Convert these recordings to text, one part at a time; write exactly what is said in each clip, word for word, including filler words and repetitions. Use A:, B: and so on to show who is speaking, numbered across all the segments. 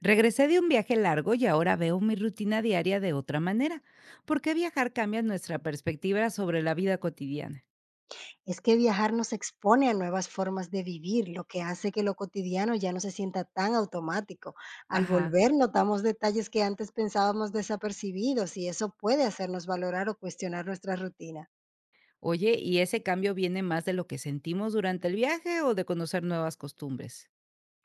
A: Regresé de un viaje largo y ahora veo mi rutina diaria de otra manera. ¿Por qué viajar cambia nuestra perspectiva sobre la vida cotidiana?
B: Es que viajar nos expone a nuevas formas de vivir, lo que hace que lo cotidiano ya no se sienta tan automático. Al
A: Ajá.
B: volver notamos detalles que antes pensábamos desapercibidos y eso puede hacernos valorar o cuestionar nuestra rutina.
A: Oye, ¿y ese cambio viene más de lo que sentimos durante el viaje o de conocer nuevas costumbres?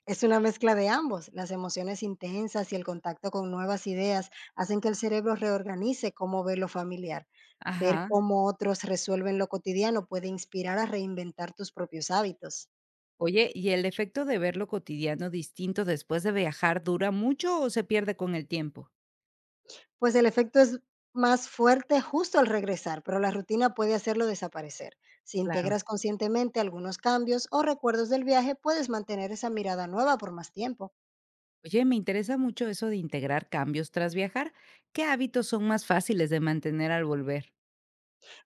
B: Es una mezcla de ambos. Las emociones intensas y el contacto con nuevas ideas hacen que el cerebro reorganice cómo ve lo familiar. Ver
A: Ajá.
B: cómo otros resuelven lo cotidiano puede inspirar a reinventar tus propios hábitos.
A: Oye, ¿y el efecto de ver lo cotidiano distinto después de viajar dura mucho o se pierde con el tiempo?
B: Pues el efecto es más fuerte justo al regresar, pero la rutina puede hacerlo desaparecer. Si
A: Claro.
B: integras conscientemente algunos cambios o recuerdos del viaje, puedes mantener esa mirada nueva por más tiempo,
A: Oye, me interesa mucho eso de integrar cambios tras viajar. ¿Qué hábitos son más fáciles de mantener al volver?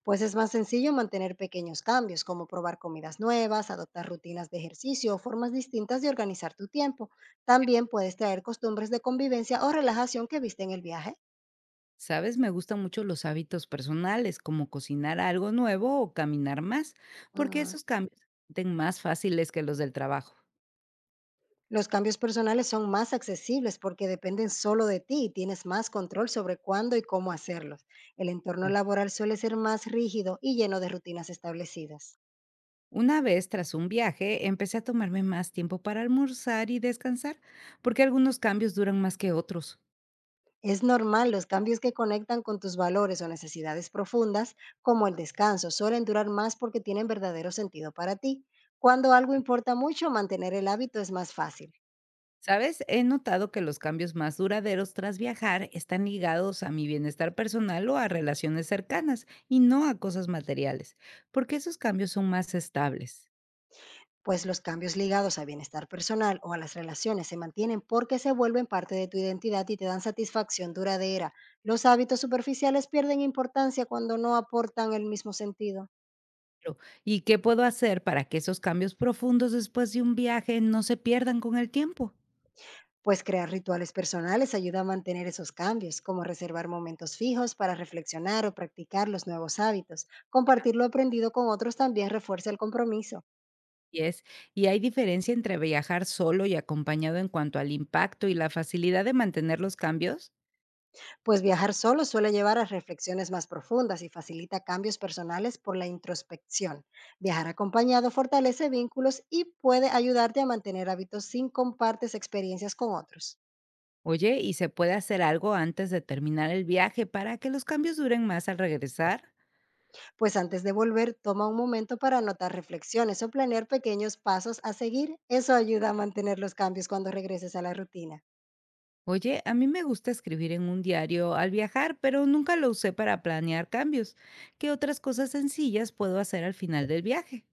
B: pues es más sencillo mantener pequeños cambios, como probar comidas nuevas, adoptar rutinas de ejercicio o formas distintas de organizar tu tiempo. También puedes traer costumbres de convivencia o relajación que viste en el viaje.
A: Sabes, me gustan mucho los hábitos personales, como cocinar algo nuevo o caminar más, porque
B: Mm.
A: esos cambios son más fáciles que los del trabajo.
B: Los cambios personales son más accesibles porque dependen solo de ti y tienes más control sobre cuándo y cómo hacerlos. El entorno
A: Oh.
B: laboral suele ser más rígido y lleno de rutinas establecidas.
A: Una vez, tras un viaje, empecé a tomarme más tiempo para almorzar y descansar, porque algunos cambios duran más que otros.
B: Es normal, los cambios que conectan con tus valores o necesidades profundas, como el descanso, suelen durar más porque tienen verdadero sentido para ti. Cuando algo importa mucho, mantener el hábito es más fácil.
A: Sabes, he notado que los cambios más duraderos tras viajar están ligados a mi bienestar personal o a relaciones cercanas y no a cosas materiales, porque esos cambios son más estables.
B: Pues los cambios ligados a bienestar personal o a las relaciones se mantienen porque se vuelven parte de tu identidad y te dan satisfacción duradera. Los hábitos superficiales pierden importancia cuando no aportan el mismo sentido.
A: Claro. ¿Y qué puedo hacer para que esos cambios profundos después de un viaje no se pierdan con el tiempo?
B: Pues crear rituales personales ayuda a mantener esos cambios, como reservar momentos fijos para reflexionar o practicar los nuevos hábitos. Compartir lo aprendido con otros también refuerza el compromiso.
A: Y es, y hay diferencia entre viajar solo y acompañado en cuanto al impacto y la facilidad de mantener los cambios.
B: Pues viajar solo suele llevar a reflexiones más profundas y facilita cambios personales por la introspección. Viajar acompañado fortalece vínculos y puede ayudarte a mantener hábitos sin compartes experiencias con otros.
A: Oye, ¿y se puede hacer algo antes de terminar el viaje para que los cambios duren más al regresar?
B: Pues antes de volver, toma un momento para anotar reflexiones o planear pequeños pasos a seguir. Eso ayuda a mantener los cambios cuando regreses a la rutina.
A: Oye, a mí me gusta escribir en un diario al viajar, pero nunca lo usé para planear cambios. ¿Qué otras cosas sencillas puedo hacer al final del viaje?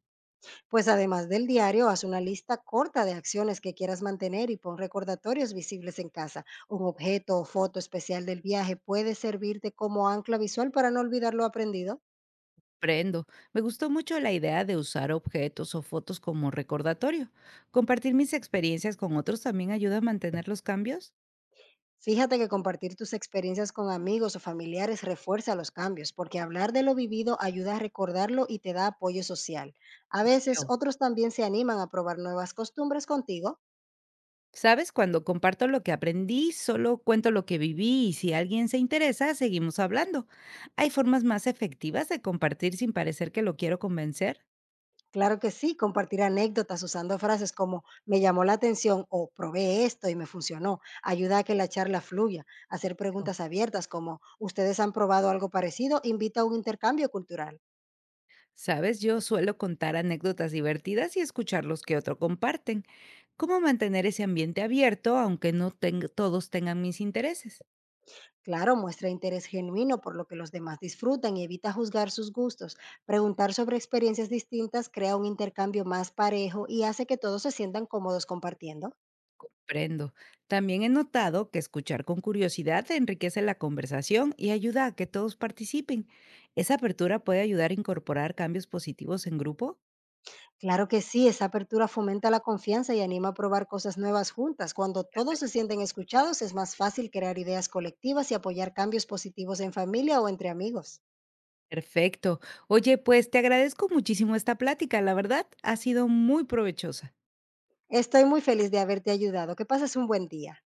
B: Pues además del diario, haz una lista corta de acciones que quieras mantener y pon recordatorios visibles en casa. Un objeto o foto especial del viaje puede servirte como ancla visual para no olvidar lo aprendido.
A: Prendo. Me gustó mucho la idea de usar objetos o fotos como recordatorio. Compartir mis experiencias con otros también ayuda a mantener los cambios.
B: Fíjate que compartir tus experiencias con amigos o familiares refuerza los cambios, porque hablar de lo vivido ayuda a recordarlo y te da apoyo social. A veces
A: Veo.
B: otros también se animan a probar nuevas costumbres contigo.
A: ¿Sabes? Cuando comparto lo que aprendí, solo cuento lo que viví y si alguien se interesa, seguimos hablando. ¿Hay formas más efectivas de compartir sin parecer que lo quiero convencer?
B: Claro que sí, compartir anécdotas usando frases como me llamó la atención o probé esto y me funcionó, ayuda a que la charla fluya, hacer
A: Veo.
B: preguntas abiertas como ustedes han probado algo parecido, invita a un intercambio cultural.
A: ¿Sabes? Yo suelo contar anécdotas divertidas y escuchar los que otro comparten. ¿Cómo mantener ese ambiente abierto aunque no teng- todos tengan mis intereses?
B: Claro, muestra interés genuino por lo que los demás disfrutan y evita juzgar sus gustos. Preguntar sobre experiencias distintas crea un intercambio más parejo y hace que todos se sientan cómodos compartiendo.
A: Comprendo. También he notado que escuchar con curiosidad enriquece la conversación y ayuda a que todos participen. ¿Esa apertura puede ayudar a incorporar cambios positivos en grupo?
B: Claro que sí, esa apertura fomenta la confianza y anima a probar cosas nuevas juntas. Cuando todos se sienten escuchados, es más fácil crear ideas colectivas y apoyar cambios positivos en familia o entre amigos.
A: Perfecto. Oye, pues te agradezco muchísimo esta plática. La verdad, ha sido muy provechosa.
B: Estoy muy feliz de haberte ayudado. Que pases un buen día.